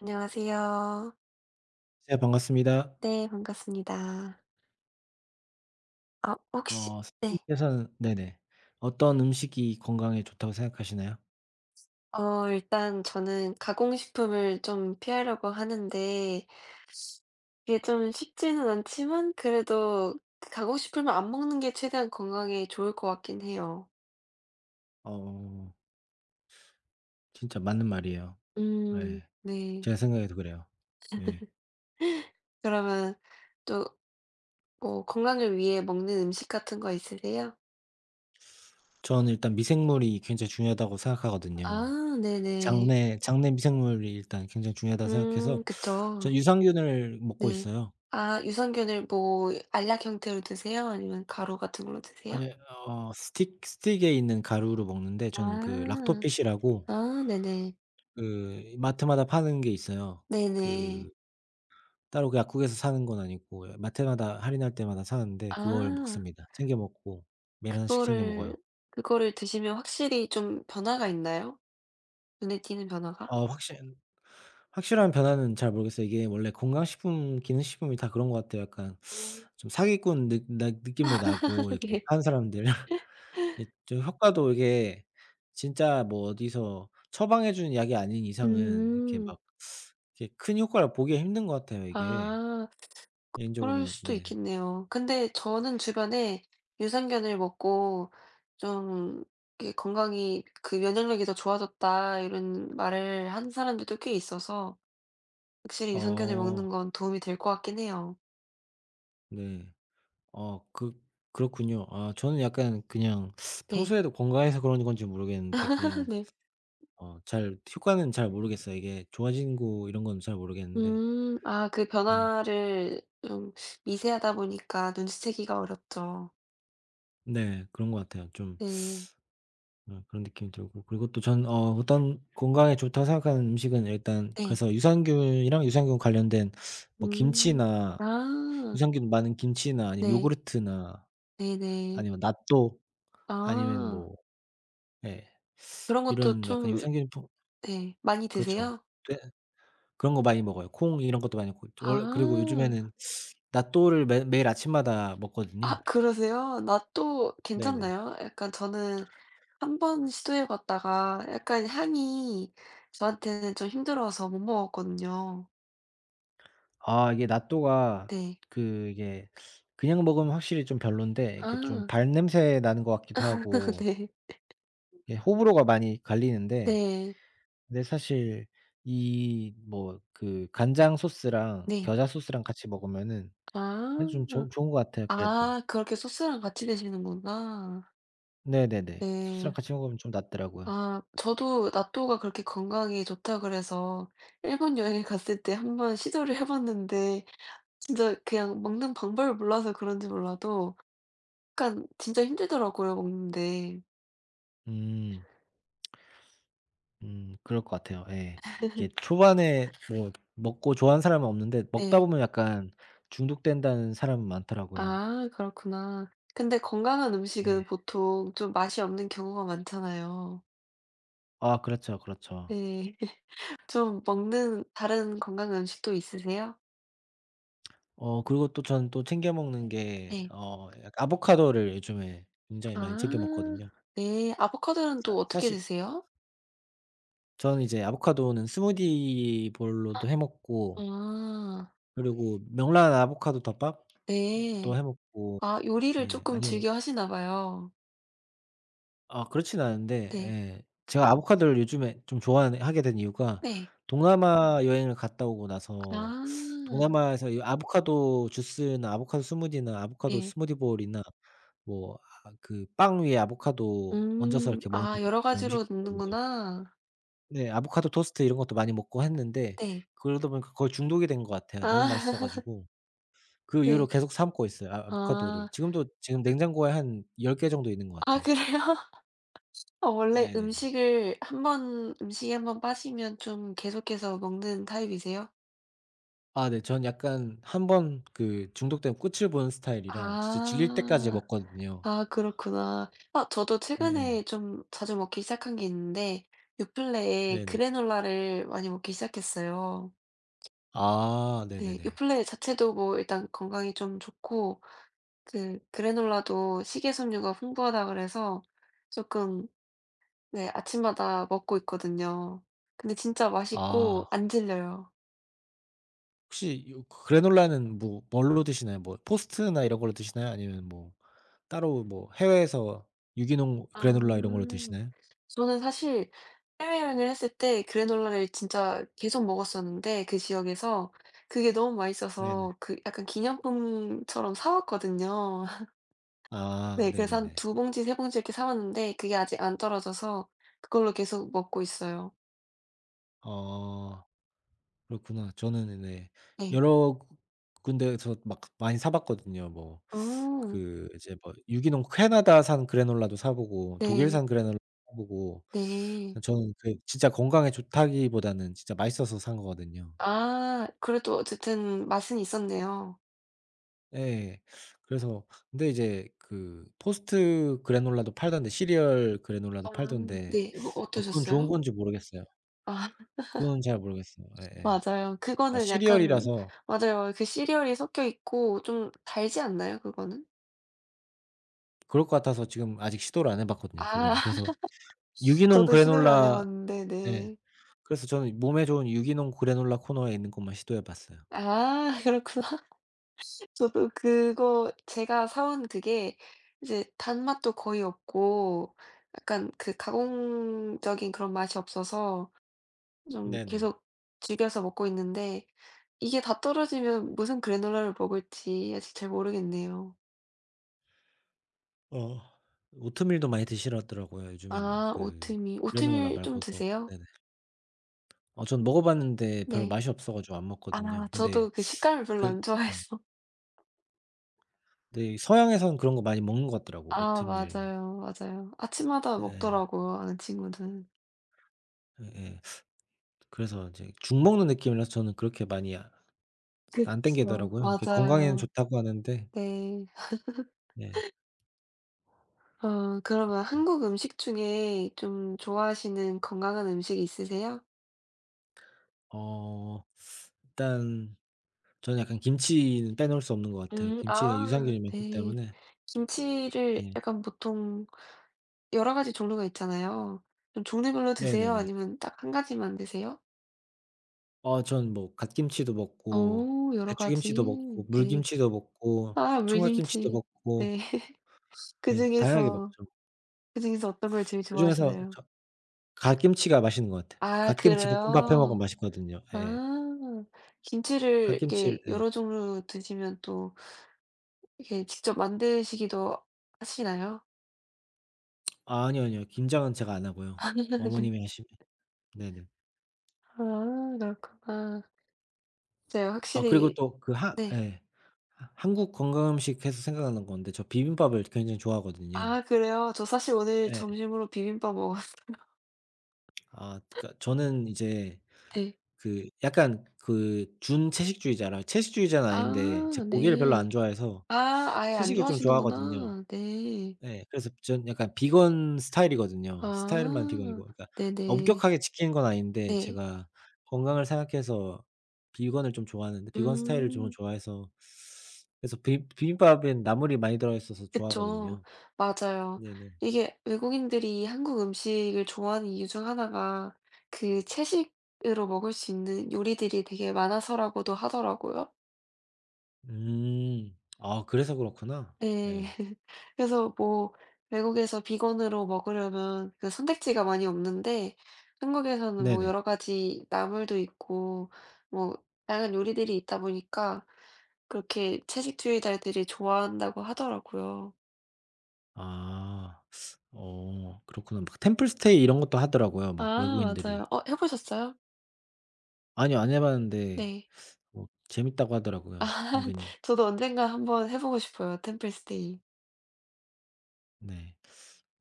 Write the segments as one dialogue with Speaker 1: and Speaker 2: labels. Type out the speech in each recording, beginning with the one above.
Speaker 1: 안녕하세요.
Speaker 2: 네, 반갑습니다.
Speaker 1: 네, 반갑습니다. 아, 혹시
Speaker 2: 어
Speaker 1: 네.
Speaker 2: 선생님께서는, 네네, 어떤 음식이 건강에 좋다고 생각하시나요?
Speaker 1: 어, 일단 저는 가공식품을 좀 피하려고 하는데 이게 좀 쉽지는 않지만 그래도 그 가공식품을 안 먹는 게 최대한 건강에 좋을 것 같긴 해요.
Speaker 2: 어 진짜 맞는 말이에요. 네,
Speaker 1: 네.
Speaker 2: 제 생각에도 그래요. 네,
Speaker 1: 그러면 또 뭐 건강을 위해 먹는 음식 같은 거 있으세요?
Speaker 2: 저는 일단 미생물이 굉장히 중요하다고 생각하거든요.
Speaker 1: 아, 네네.
Speaker 2: 장내 미생물이 일단 굉장히 중요하다고 생각해서
Speaker 1: 그쵸.
Speaker 2: 전 유산균을 먹고
Speaker 1: 네.
Speaker 2: 있어요.
Speaker 1: 아, 유산균을 뭐 알약 형태로 드세요? 아니면 가루 같은 걸로 드세요?
Speaker 2: 아니, 스틱 스틱에 있는 가루로 먹는데, 저는 그
Speaker 1: 아.
Speaker 2: 락토핏이라고
Speaker 1: 아 네네.
Speaker 2: 그 마트마다 파는 게 있어요.
Speaker 1: 네네.
Speaker 2: 그 따로 그 약국에서 사는 건 아니고, 마트마다 할인할 때마다 사는데 그걸
Speaker 1: 아
Speaker 2: 먹습니다. 챙겨 먹고 매일 나씩 챙겨
Speaker 1: 그거를
Speaker 2: 먹어요.
Speaker 1: 그거를 드시면 확실히 좀 변화가 있나요? 눈에 띄는 변화가?
Speaker 2: 어 확실 확실한 변화는 잘 모르겠어요. 이게 원래 건강식품, 기능식품이 다 그런 것 같아요. 약간
Speaker 1: 아
Speaker 2: 좀 사기꾼 느 나 느낌도 나고, 이거
Speaker 1: 그
Speaker 2: 파는 사람들 이 좀 효과도, 이게 진짜 뭐 어디서 처방해 주는 약이 아닌 이상은 이렇게
Speaker 1: 음.
Speaker 2: 막 이렇게 큰 효과를 보기가 힘든 것 같아요, 이게
Speaker 1: 아 그럴
Speaker 2: 개인적으로는.
Speaker 1: 수도
Speaker 2: 네.
Speaker 1: 있겠네요. 근데 저는 주변에 유산균을 먹고 좀 이게 "건강이 그 면역력이 더 좋아졌다." 이런 말을 하는 사람들도 꽤 있어서 확실히 유산균을
Speaker 2: 어
Speaker 1: 먹는 건 도움이 될 것 같긴 해요.
Speaker 2: 네. 어 그 그렇군요. 아, 저는 약간 그냥
Speaker 1: 네.
Speaker 2: 평소에도 건강해서 그런 건지 모르겠는데, 그냥
Speaker 1: 네.
Speaker 2: 잘 효과는 잘 모르겠어요. 이게 좋아진고 이런 건 잘 모르겠는데.
Speaker 1: 음. 아 그
Speaker 2: 네.
Speaker 1: 변화를 좀 미세하다 보니까 눈치채기가 어렵죠.
Speaker 2: 네, 그런 것 같아요.
Speaker 1: 네.
Speaker 2: 그런 느낌이 들고, 그리고 또 저는 어떤 건강에 좋다고 생각하는 음식은, 일단
Speaker 1: 네.
Speaker 2: 그래서 유산균이랑 유산균 관련된 뭐
Speaker 1: 음.
Speaker 2: 김치나,
Speaker 1: 아.
Speaker 2: 유산균 많은 김치나, 아니면
Speaker 1: 네.
Speaker 2: 요구르트나,
Speaker 1: 네네.
Speaker 2: 아니면 낫또, 아니면
Speaker 1: 아.
Speaker 2: 뭐, 예,
Speaker 1: 그런 것도
Speaker 2: 이런 약간
Speaker 1: 좀
Speaker 2: 유산균 품.
Speaker 1: 네 많이
Speaker 2: 그렇죠.
Speaker 1: 드세요?
Speaker 2: 그런 거 많이 먹어요. 콩 이런 것도 많이 먹고, 월 그리고
Speaker 1: 아.
Speaker 2: 요즘에는 나또를 매 매일 아침마다
Speaker 1: 아
Speaker 2: 먹거든요.
Speaker 1: 그러세요? 낫또
Speaker 2: 네네네.
Speaker 1: 괜찮나요? 약간 저는 한 번 시도해 봤다가 약간 향이 저한테는 좀 힘들어서 못 먹었거든요.
Speaker 2: 아, 이게 나또가
Speaker 1: 네.
Speaker 2: 이게 그냥 먹으면 확실히 좀 별론데, 이게 좀
Speaker 1: 아.
Speaker 2: 발냄새 나는 것 같기도 하고,
Speaker 1: 네.
Speaker 2: 이게 호불호가 많이 갈리는데,
Speaker 1: 네.
Speaker 2: 근데 사실 이 뭐 그 간장 소스랑
Speaker 1: 네.
Speaker 2: 겨자 소스랑 같이 먹으면은
Speaker 1: 아.
Speaker 2: 그래도 좀 좋 좋은 것 같아요, 그래도.
Speaker 1: 아 그렇게 소스랑 같이 드시는구나.
Speaker 2: 네네네. 소스랑
Speaker 1: 네.
Speaker 2: 같이 먹으면 좀 낫더라고요.
Speaker 1: 아 저도 나또가 그렇게 건강에 좋다 그래서 일본 여행 갔을 때 한번 시도를 해 봤는데 진짜 그냥 먹는 방법을 몰라서 그런지 몰라도 약간 진짜 힘들더라고요 먹는데.
Speaker 2: 음. 그럴 것 같아요. 예. 이게 초반에 뭐 먹고 좋아하는 사람은 없는데, 먹다
Speaker 1: 네.
Speaker 2: 보면 약간 중독된다는 사람은 많더라고요.
Speaker 1: 아 그렇구나. 근데 건강한 음식은
Speaker 2: 예.
Speaker 1: 보통 좀 맛이 없는 경우가 많잖아요.
Speaker 2: 아, 그렇죠, 그렇죠.
Speaker 1: 네. 좀 먹는 다른 건강한 음식도 있으세요?
Speaker 2: 그리고 또 저는 또 챙겨 먹는 게,
Speaker 1: 네.
Speaker 2: 어 약 아보카도를 요즘에 굉장히 많이 챙겨
Speaker 1: 아
Speaker 2: 먹거든요.
Speaker 1: 네. 아보카도는
Speaker 2: 사
Speaker 1: 또 어떻게
Speaker 2: 사실
Speaker 1: 드세요?
Speaker 2: 저는 이제 아보카도는 스무디 볼로도 해 먹고,
Speaker 1: 아
Speaker 2: 그리고 명란 아보카도 덮밥도
Speaker 1: 네.
Speaker 2: 해 먹고.
Speaker 1: 아 요리를
Speaker 2: 예.
Speaker 1: 조금
Speaker 2: 아니면,
Speaker 1: 즐겨 하시나 봐요.
Speaker 2: 그렇진 않은데,
Speaker 1: 네.
Speaker 2: 예, 제가 아보카도를 요즘에 좀 좋아하는 하게 된 이유가,
Speaker 1: 네.
Speaker 2: 동남아 여행을 갔다 오고 나서,
Speaker 1: 아
Speaker 2: 동남아에서 이 아보카도 주스나, 아보카도 스무디나, 아보카도
Speaker 1: 네.
Speaker 2: 스무디 볼이나, 뭐 그 빵 위에 아보카도 얹어서
Speaker 1: 음.
Speaker 2: 이렇게 먹는
Speaker 1: 아 여러
Speaker 2: 그런
Speaker 1: 가지로
Speaker 2: 음식이 있거든요.
Speaker 1: 넣는구나.
Speaker 2: 네, 아보카도 토스트 이런 것도 많이 먹고 했는데,
Speaker 1: 네.
Speaker 2: 그러다 보니까 거의 중독이 된 것 같아요,
Speaker 1: 아
Speaker 2: 너무 맛있어 가지고. 그 이후로
Speaker 1: 네.
Speaker 2: 계속 사 먹고 있어요 아보카도를.
Speaker 1: 아.
Speaker 2: 지금도, 지금 냉장고에 한 10개 정도 있는 것
Speaker 1: 아
Speaker 2: 같아요.
Speaker 1: 그래요? 아 원래
Speaker 2: 네네네.
Speaker 1: 음식을 한번 음식에 한 번 빠지면 좀 계속해서 먹는 타입이세요?
Speaker 2: 아, 네. 전 약간, 한번 그 중독되면 끝을 보는 스타일이라, 진짜 질릴 때까지
Speaker 1: 아.
Speaker 2: 먹거든요.
Speaker 1: 아 그렇구나. 아 저도
Speaker 2: 예예.
Speaker 1: 최근에 좀 자주 먹기 시작한 게 있는데 유플레에
Speaker 2: 네네.
Speaker 1: 그래놀라를 많이 먹기 시작했어요.
Speaker 2: 아,
Speaker 1: 네. 유
Speaker 2: 네네네.
Speaker 1: 플레 자체도 뭐 일단 건강에 좀 좋고 그래놀라도 식이섬유가 풍부하다 그래서 조금 네 아침마다 먹고 있거든요. 근데 진짜
Speaker 2: 아,
Speaker 1: 맛있고 안 질려요.
Speaker 2: 혹시 요 그래놀라는 뭘로 드시나요? 뭐 포스트나 이런 걸로 드시나요? 아니면 뭐 따로 뭐 해외에서 유기농 그래놀라 이런 걸로
Speaker 1: 아.
Speaker 2: 드시나요?
Speaker 1: 저는 사실 해외여행을 했을 때 그래놀라를 진짜 계속 먹었었는데 그 지역에서 그게 너무
Speaker 2: 네네.
Speaker 1: 맛있어서 그 약간 기념품처럼 사 왔거든요.
Speaker 2: 아,
Speaker 1: 네 그래서 한
Speaker 2: 네네네.
Speaker 1: 두 봉지 세 봉지 이렇게 사 왔는데 그게 아직 안 떨어져서 그걸로 계속 먹고 있어요.
Speaker 2: 어 그렇구나. 저는, 네,
Speaker 1: 네.
Speaker 2: 여러 군데에서 막 많이 사 봤거든요. 뭐
Speaker 1: 아.
Speaker 2: 그 이제 뭐 유기농 캐나다산 그래놀라도 사 보고,
Speaker 1: 네.
Speaker 2: 독일산 그래놀라도 사 보고.
Speaker 1: 네.
Speaker 2: 저는 그 진짜 건강에 좋다기보다는 진짜 맛있어서 산 거거든요.
Speaker 1: 아 그래도 어쨌든 맛은 있었네요.
Speaker 2: 예. 그래서, 근데 이제 그 토스트 그래놀라도 팔던데, 시리얼 그래놀라도
Speaker 1: 아
Speaker 2: 팔던데.
Speaker 1: 네. 뭐
Speaker 2: 아, 그건 좋은
Speaker 1: 어떠셨어요?
Speaker 2: 건지 모르겠어요.
Speaker 1: 아.
Speaker 2: 그거는 잘 모르겠어요. 예예.
Speaker 1: 맞아요.
Speaker 2: 아,
Speaker 1: 그거는 약간
Speaker 2: 시리얼이라서
Speaker 1: 맞아요. 그 시리얼이 섞여 있고 좀 달지 않나요 그거는?
Speaker 2: 그럴 것 같아서 지금 아직 시도를 안 해 봤거든요
Speaker 1: 아
Speaker 2: 그거는. 그래서 유기농
Speaker 1: 저도 시도를 안 해
Speaker 2: 그래놀라.
Speaker 1: 봤는데
Speaker 2: 예.
Speaker 1: 네.
Speaker 2: 그래서 저는 몸에 좋은 유기농 그래놀라 코너에 있는 것만 시도해 봤어요.
Speaker 1: 아 그렇구나. 저도 그거 제가 사온 그게 이제 단맛도 거의 없고 약간 그 가공적인 그런 맛이 없어서 좀
Speaker 2: 네네.
Speaker 1: 계속 즐겨서 먹고 있는데 이게 다 떨어지면 무슨 그래놀라를 먹을지 아직 잘 모르겠네요.
Speaker 2: 어 오트밀도 많이 드시더라고요 요즘에는,
Speaker 1: 아
Speaker 2: 그
Speaker 1: 오트밀.
Speaker 2: 그래놀라
Speaker 1: 오트밀 좀
Speaker 2: 말고도.
Speaker 1: 드세요?
Speaker 2: 네네. 전 먹어 봤는데 별로
Speaker 1: 네.
Speaker 2: 맛이 없어 가지고 안
Speaker 1: 아
Speaker 2: 먹거든요.
Speaker 1: 저도
Speaker 2: 근데
Speaker 1: 그 식감을 별로
Speaker 2: 그,
Speaker 1: 안
Speaker 2: 네.
Speaker 1: 좋아해서.
Speaker 2: 네, 서양에서는 그런 거 많이 먹는 것 같더라고,
Speaker 1: 아
Speaker 2: 오트밀.
Speaker 1: 맞아요, 맞아요. 아침마다
Speaker 2: 예.
Speaker 1: 먹더라고요, 아는 친구는.
Speaker 2: 예예. 그래서 이제 죽 먹는 느낌이라서 저는 그렇게 많이 안
Speaker 1: 그쵸.
Speaker 2: 땡기더라고요. 이게 건강에는
Speaker 1: 맞아요.
Speaker 2: 좋다고 하는데.
Speaker 1: 네.
Speaker 2: 네.
Speaker 1: 어 그러면 한국 음식 중에 좀 좋아하시는 건강한 음식이 있으세요?
Speaker 2: 어 일단 저는 약간 김치는 빼놓을 수 없는 것 같아요. 김치에
Speaker 1: 아
Speaker 2: 유산균이 많기
Speaker 1: 네.
Speaker 2: 때문에.
Speaker 1: 김치를
Speaker 2: 네.
Speaker 1: 약간 보통 여러 가지 종류가 있잖아요. 좀 종류별로 드세요?
Speaker 2: 네네네.
Speaker 1: 아니면 딱 한 가지만 드세요?
Speaker 2: 전 뭐 갓김치도 먹고,
Speaker 1: 오 여러
Speaker 2: 배추김치도 먹고,
Speaker 1: 가지. 네.
Speaker 2: 물김치도 먹고,
Speaker 1: 아
Speaker 2: 총각김치도
Speaker 1: 물김치.
Speaker 2: 먹고.
Speaker 1: 네.
Speaker 2: 예, 다양하게
Speaker 1: 그중에서
Speaker 2: 먹죠.
Speaker 1: 그중에서 어떤 걸 제일
Speaker 2: 그중에서
Speaker 1: 좋아하시나요?
Speaker 2: 저 갓김치가 맛있는 것 같아요.
Speaker 1: 아
Speaker 2: 갓김치 볶음밥 해 먹으면
Speaker 1: 그래요?
Speaker 2: 맛있거든요. 예.
Speaker 1: 아. 김치를
Speaker 2: 갓김치를.
Speaker 1: 이렇게
Speaker 2: 예.
Speaker 1: 여러 종류 드시면 또 이렇게 직접 만드시기도 하시나요?
Speaker 2: 아, 아니요, 아니요. 김장은 제가 안 하고요.
Speaker 1: 네.
Speaker 2: 어머님이 하시면. 네네.
Speaker 1: 아 그렇구나. 네
Speaker 2: 아, 그리고
Speaker 1: 확실히
Speaker 2: 또 그 하
Speaker 1: 네.
Speaker 2: 예, 하 한국 건강음식 해서 생각나는 건데, 저 비빔밥을 굉장히 좋아하거든요.
Speaker 1: 아 그래요? 저 사실 오늘
Speaker 2: 예.
Speaker 1: 점심으로 비빔밥 먹었어요.
Speaker 2: 그러니까 저는 이제
Speaker 1: 네.
Speaker 2: 그 약간 그 준 채식주의자라, 채식주의자는 아닌데,
Speaker 1: 아
Speaker 2: 제가 고기를 별로
Speaker 1: 네.
Speaker 2: 안 좋아해서
Speaker 1: 아 아예 안
Speaker 2: 채식을 좀 좋아하거든요.
Speaker 1: 좋아하시는구나. 네.
Speaker 2: 예. 그래서 전 약간 비건 스타일이거든요. 스타일만 비건이고,
Speaker 1: 아
Speaker 2: 그러니까
Speaker 1: 네네.
Speaker 2: 엄격하게 지키는 건 아닌데,
Speaker 1: 네.
Speaker 2: 제가 건강을 생각해서 비건을 좀 좋아하는데, 비건 스타일을 좀
Speaker 1: 음.
Speaker 2: 좋아해서, 그래서 비 비빔밥엔 나물이 많이 들어 있어서
Speaker 1: 그쵸.
Speaker 2: 좋아하거든요.
Speaker 1: 맞아요.
Speaker 2: 네네.
Speaker 1: 이게 외국인들이 한국 음식을 좋아하는 이유 중 하나가 그 채식으로 먹을 수 있는 요리들이 되게 많아서라고도 하더라고요.
Speaker 2: 음. 아, 그래서 그렇구나.
Speaker 1: 네
Speaker 2: 예.
Speaker 1: 그래서 뭐 외국에서 비건으로 먹으려면 그 선택지가 많이 없는데 한국에서는 뭐
Speaker 2: 네네.
Speaker 1: 여러 가지 나물도 있고 뭐 다양한 요리들이 있다 보니까 그렇게 채식주의자들이 좋아한다고 하더라고요.
Speaker 2: 아. 그렇구나. 막 템플 스테이 이런 것도 하더라고요, 막
Speaker 1: 아
Speaker 2: 외국인들이.
Speaker 1: 맞아요. 어 해 보셨어요?
Speaker 2: 아니요, 안 해 봤는데,
Speaker 1: 네.
Speaker 2: 뭐 재밌다고
Speaker 1: 아
Speaker 2: 하더라고요, 은근히.
Speaker 1: 저도 언젠가 한번 해 보고 싶어요, 템플 스테이.
Speaker 2: 네.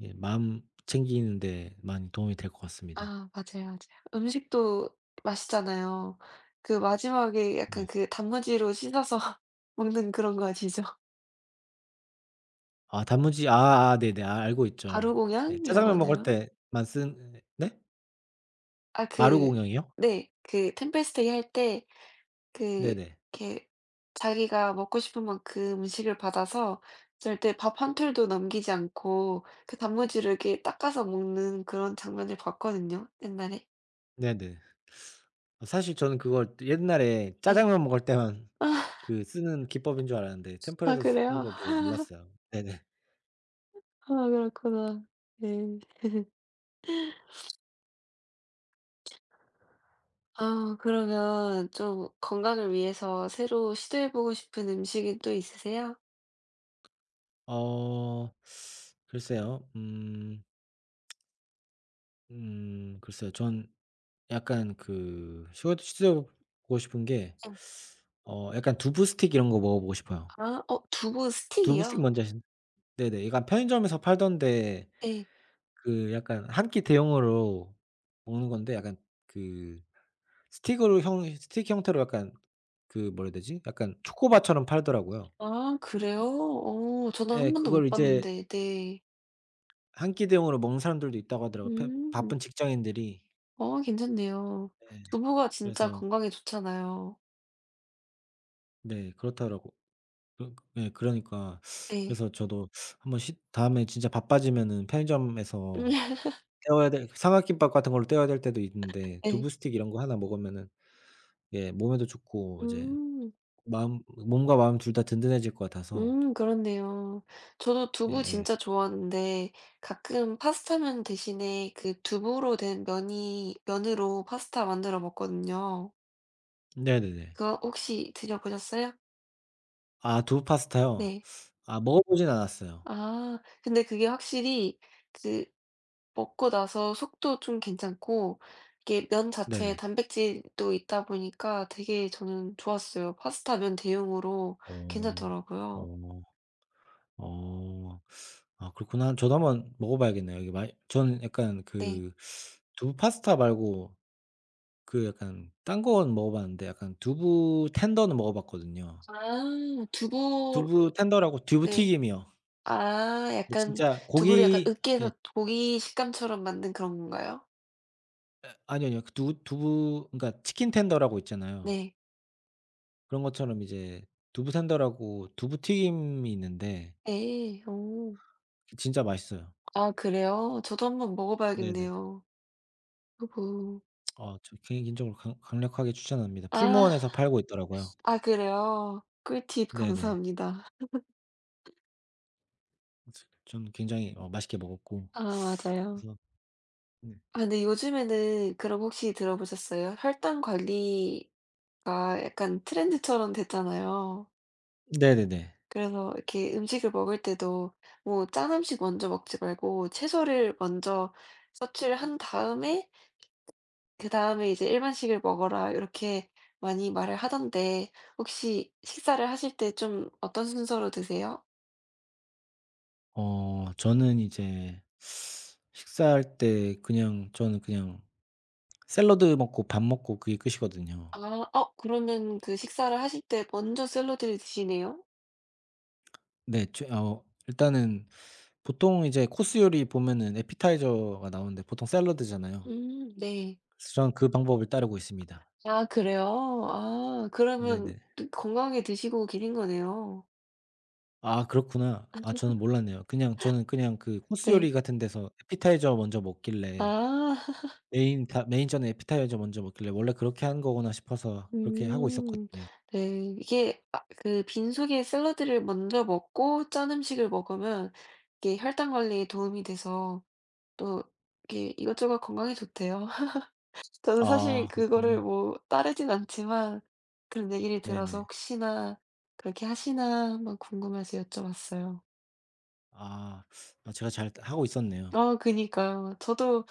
Speaker 2: 예, 마음 챙기는 데 많이 도움이 될 것 같습니다.
Speaker 1: 아 맞아요, 맞아요. 음식도 맛있잖아요. 그 마지막에 약간
Speaker 2: 네.
Speaker 1: 그 단무지로 씻어서 먹는 그런 거 아시죠?
Speaker 2: 단무지 아아 네네. 아, 알고 있죠. 네,
Speaker 1: 바루공양이라고
Speaker 2: 짜장면 먹을
Speaker 1: 하나요?
Speaker 2: 때만 쓴, 네?
Speaker 1: 아
Speaker 2: 마루공
Speaker 1: 그
Speaker 2: 영이요
Speaker 1: 네. 그 템플 스테이 할 때 그
Speaker 2: 네네.
Speaker 1: 이렇게 자기가 먹고 싶은 만큼 음식을 받아서 절대 밥 한 톨도 남기지 않고 그 단무지를 이렇게 닦아서 먹는 그런 장면을 봤거든요, 옛날에.
Speaker 2: 네네. 사실 저는 그걸 옛날에
Speaker 1: 네
Speaker 2: 짜장면 먹을 때만 그 쓰는 기법인 줄 알았는데,
Speaker 1: 아
Speaker 2: 템플에서 쓰는
Speaker 1: 그래요?
Speaker 2: 거 보고 놀랐어요. 네네.
Speaker 1: 아 그렇구나. 네. 아 그러면 좀 건강을 위해서 새로 시도해 보고 싶은 음식이 또 있으세요?
Speaker 2: 어 글쎄요. 글쎄요. 전 약간 그 시도해 보고 싶은 게,
Speaker 1: 네.
Speaker 2: 약간 두부 스틱 이런 거 먹어 보고 싶어요.
Speaker 1: 아 어 두부
Speaker 2: 두부 스틱
Speaker 1: 스틱이요?
Speaker 2: 뭔지 아시 네네. 약간 편의점에서 팔던데,
Speaker 1: 네.
Speaker 2: 그 약간 한끼 대용으로 먹는 건데, 약간 그 스틱으로 형 스틱 형태로, 약간 그, 뭐라 해야 되지? 약간 초코바처럼 팔더라고요.
Speaker 1: 아 그래요? 어 저는
Speaker 2: 예.
Speaker 1: 한 번도
Speaker 2: 그걸
Speaker 1: 못
Speaker 2: 이제
Speaker 1: 봤는데. 네.
Speaker 2: 한끼 대용으로 먹는 사람들도 있다고 하더라고요. 바-
Speaker 1: 음.
Speaker 2: 바쁜 직장인들이.
Speaker 1: 어 괜찮네요.
Speaker 2: 예.
Speaker 1: 두부가 진짜
Speaker 2: 그래서.
Speaker 1: 건강에 좋잖아요.
Speaker 2: 네, 그렇더라고, 그, 예, 그러니까,
Speaker 1: 네.
Speaker 2: 그래서 저도 한번 시 다음에 진짜 바빠지면은 편의점에서 때워야 될, 삼각김밥 같은 걸로 때워야 될 때도 있는데,
Speaker 1: 네.
Speaker 2: 두부 스틱 이런 거 하나 먹으면은, 예, 몸에도 좋고, 이제
Speaker 1: 음.
Speaker 2: 마음 몸과 마음 둘 다 든든해질 것 같아서.
Speaker 1: 그렇네요. 저도 두부
Speaker 2: 예예.
Speaker 1: 진짜 좋아하는데 가끔 파스타면 대신에 그 두부로 된 면이 면으로 파스타 만들어 먹거든요.
Speaker 2: 네네네.
Speaker 1: 그거 혹시 드셔 보셨어요?
Speaker 2: 아, 두부 파스타요?
Speaker 1: 네.
Speaker 2: 아, 먹어 보진 않았어요.
Speaker 1: 아 근데 그게 확실히 그 먹고 나서 속도 좀 괜찮고 이게 면 자체에
Speaker 2: 네네.
Speaker 1: 단백질도 있다 보니까 되게 저는 좋았어요. 파스타 면 대용으로
Speaker 2: 어.
Speaker 1: 괜찮더라고요.
Speaker 2: 어. 어. 아, 그렇구나. 저도 한번 먹어 봐야겠네요. 이게 많이 저는 약간
Speaker 1: 네.
Speaker 2: 그, 두부 파스타 말고 그 약간 딴 건 먹어 봤는데, 약간 두부 텐더는 먹어 봤거든요.
Speaker 1: 아 두부
Speaker 2: 두부 텐더라고 두부
Speaker 1: 네.
Speaker 2: 튀김이요.
Speaker 1: 아
Speaker 2: 근데
Speaker 1: 약간
Speaker 2: 진짜
Speaker 1: 두부를 약간
Speaker 2: 고기. 예.
Speaker 1: 으깨서 고기 식감처럼 만든 그런 건가요?
Speaker 2: 아니요, 아니요. 그 두 두부, 그러니까 치킨 텐더라고 있잖아요.
Speaker 1: 네.
Speaker 2: 그런 것처럼 이제 두부 텐더라고 두부 튀김이 있는데
Speaker 1: 네. 어.
Speaker 2: 그 진짜 맛있어요.
Speaker 1: 아 그래요? 저도 한번 먹어
Speaker 2: 네네네.
Speaker 1: 봐야겠네요. 두부.
Speaker 2: 저 개인적으로 강 강력하게 추천합니다.
Speaker 1: 아.
Speaker 2: 풀무원에서 팔고 있더라고요.
Speaker 1: 아 그래요? 꿀팁
Speaker 2: 네네.
Speaker 1: 감사합니다.
Speaker 2: 그래서 저는 굉장히 맛있게 먹었고,
Speaker 1: 아 맞아요.
Speaker 2: 그래서. 네.
Speaker 1: 아 근데 요즘에는 그럼 혹시 들어보셨어요? 혈당 관리가 약간 트렌드처럼 됐잖아요.
Speaker 2: 네네네.
Speaker 1: 그래서 이렇게 음식을 먹을 때도 뭐 짠 음식 먼저 먹지 말고 채소를 먼저 섭취를 한 다음에 "그다음에 이제 일반식을 먹어라." 이렇게 많이 말을 하던데 혹시 식사를 하실 때 좀 어떤 순서로 드세요?
Speaker 2: 저는 이제 식사할 때 그냥, 저는 그냥 샐러드 먹고 밥 먹고 그게 끝이거든요.
Speaker 1: 아 어 그러면 그 식사를 하실 때 먼저 샐러드를 드시네요?
Speaker 2: 네. 일단은 보통 이제 코스 요리 보면은 에피타이저가 나오는데, 보통 샐러드잖아요.
Speaker 1: 네.
Speaker 2: 그래서 저는 그 방법을 따르고 있습니다.
Speaker 1: 아 그래요? 아 그러면
Speaker 2: 네네.
Speaker 1: 건강하게 드시고 계신 거네요.
Speaker 2: 아, 그렇구나. 아, 저는 몰랐네요. 그냥 저는 그냥 그 코스
Speaker 1: 네.
Speaker 2: 요리 같은 데서 에피타이저 먼저 먹길래,
Speaker 1: 아.
Speaker 2: 메인 전에 에피타이저 먼저 먹길래, 원래 그렇게 하는 거구나 싶어서 그렇게 하고
Speaker 1: 음.
Speaker 2: 있었거든요.
Speaker 1: 네. 이게 아 그 빈속에 샐러드를 먼저 먹고 짠 음식을 먹으면 이게 혈당 관리에 도움이 돼서 또 이게 이것저것 건강에 좋대요. 저는 사실
Speaker 2: 아,
Speaker 1: 그거를
Speaker 2: 그렇군요.
Speaker 1: 뭐 따르진 않지만 그런 얘기를 들어서
Speaker 2: 네네.
Speaker 1: 혹시나 그렇게 하시나 한번 궁금해서 여쭤봤어요.
Speaker 2: 아. 아, 제가 잘 하고 있었네요.
Speaker 1: 어 그니까요. 저도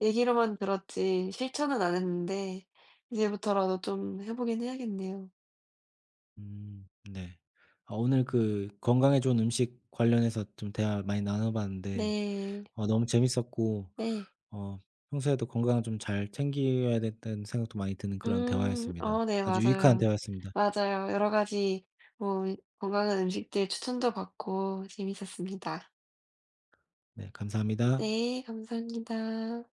Speaker 1: 얘기로만 들었지 실천은 안 했는데 이제부터라도 좀 해 보긴 해야겠네요.
Speaker 2: 음, 네. 아, 오늘 그 건강에 좋은 음식 관련해서 좀 대화 많이 나눠 봤는데,
Speaker 1: 네.
Speaker 2: 너무 재밌었고,
Speaker 1: 네.
Speaker 2: 어 평소에도 건강 좀 잘 챙겨야 된다는 생각도 많이 드는 그런
Speaker 1: 음.
Speaker 2: 대화였습니다.
Speaker 1: 어 네
Speaker 2: 아주 유익한
Speaker 1: 맞아요.
Speaker 2: 대화였습니다.
Speaker 1: 맞아요. 여러 가지 뭐 건강한 음식들 추천도 받고 재밌었습니다.
Speaker 2: 네, 감사합니다.
Speaker 1: 네 감사합니다.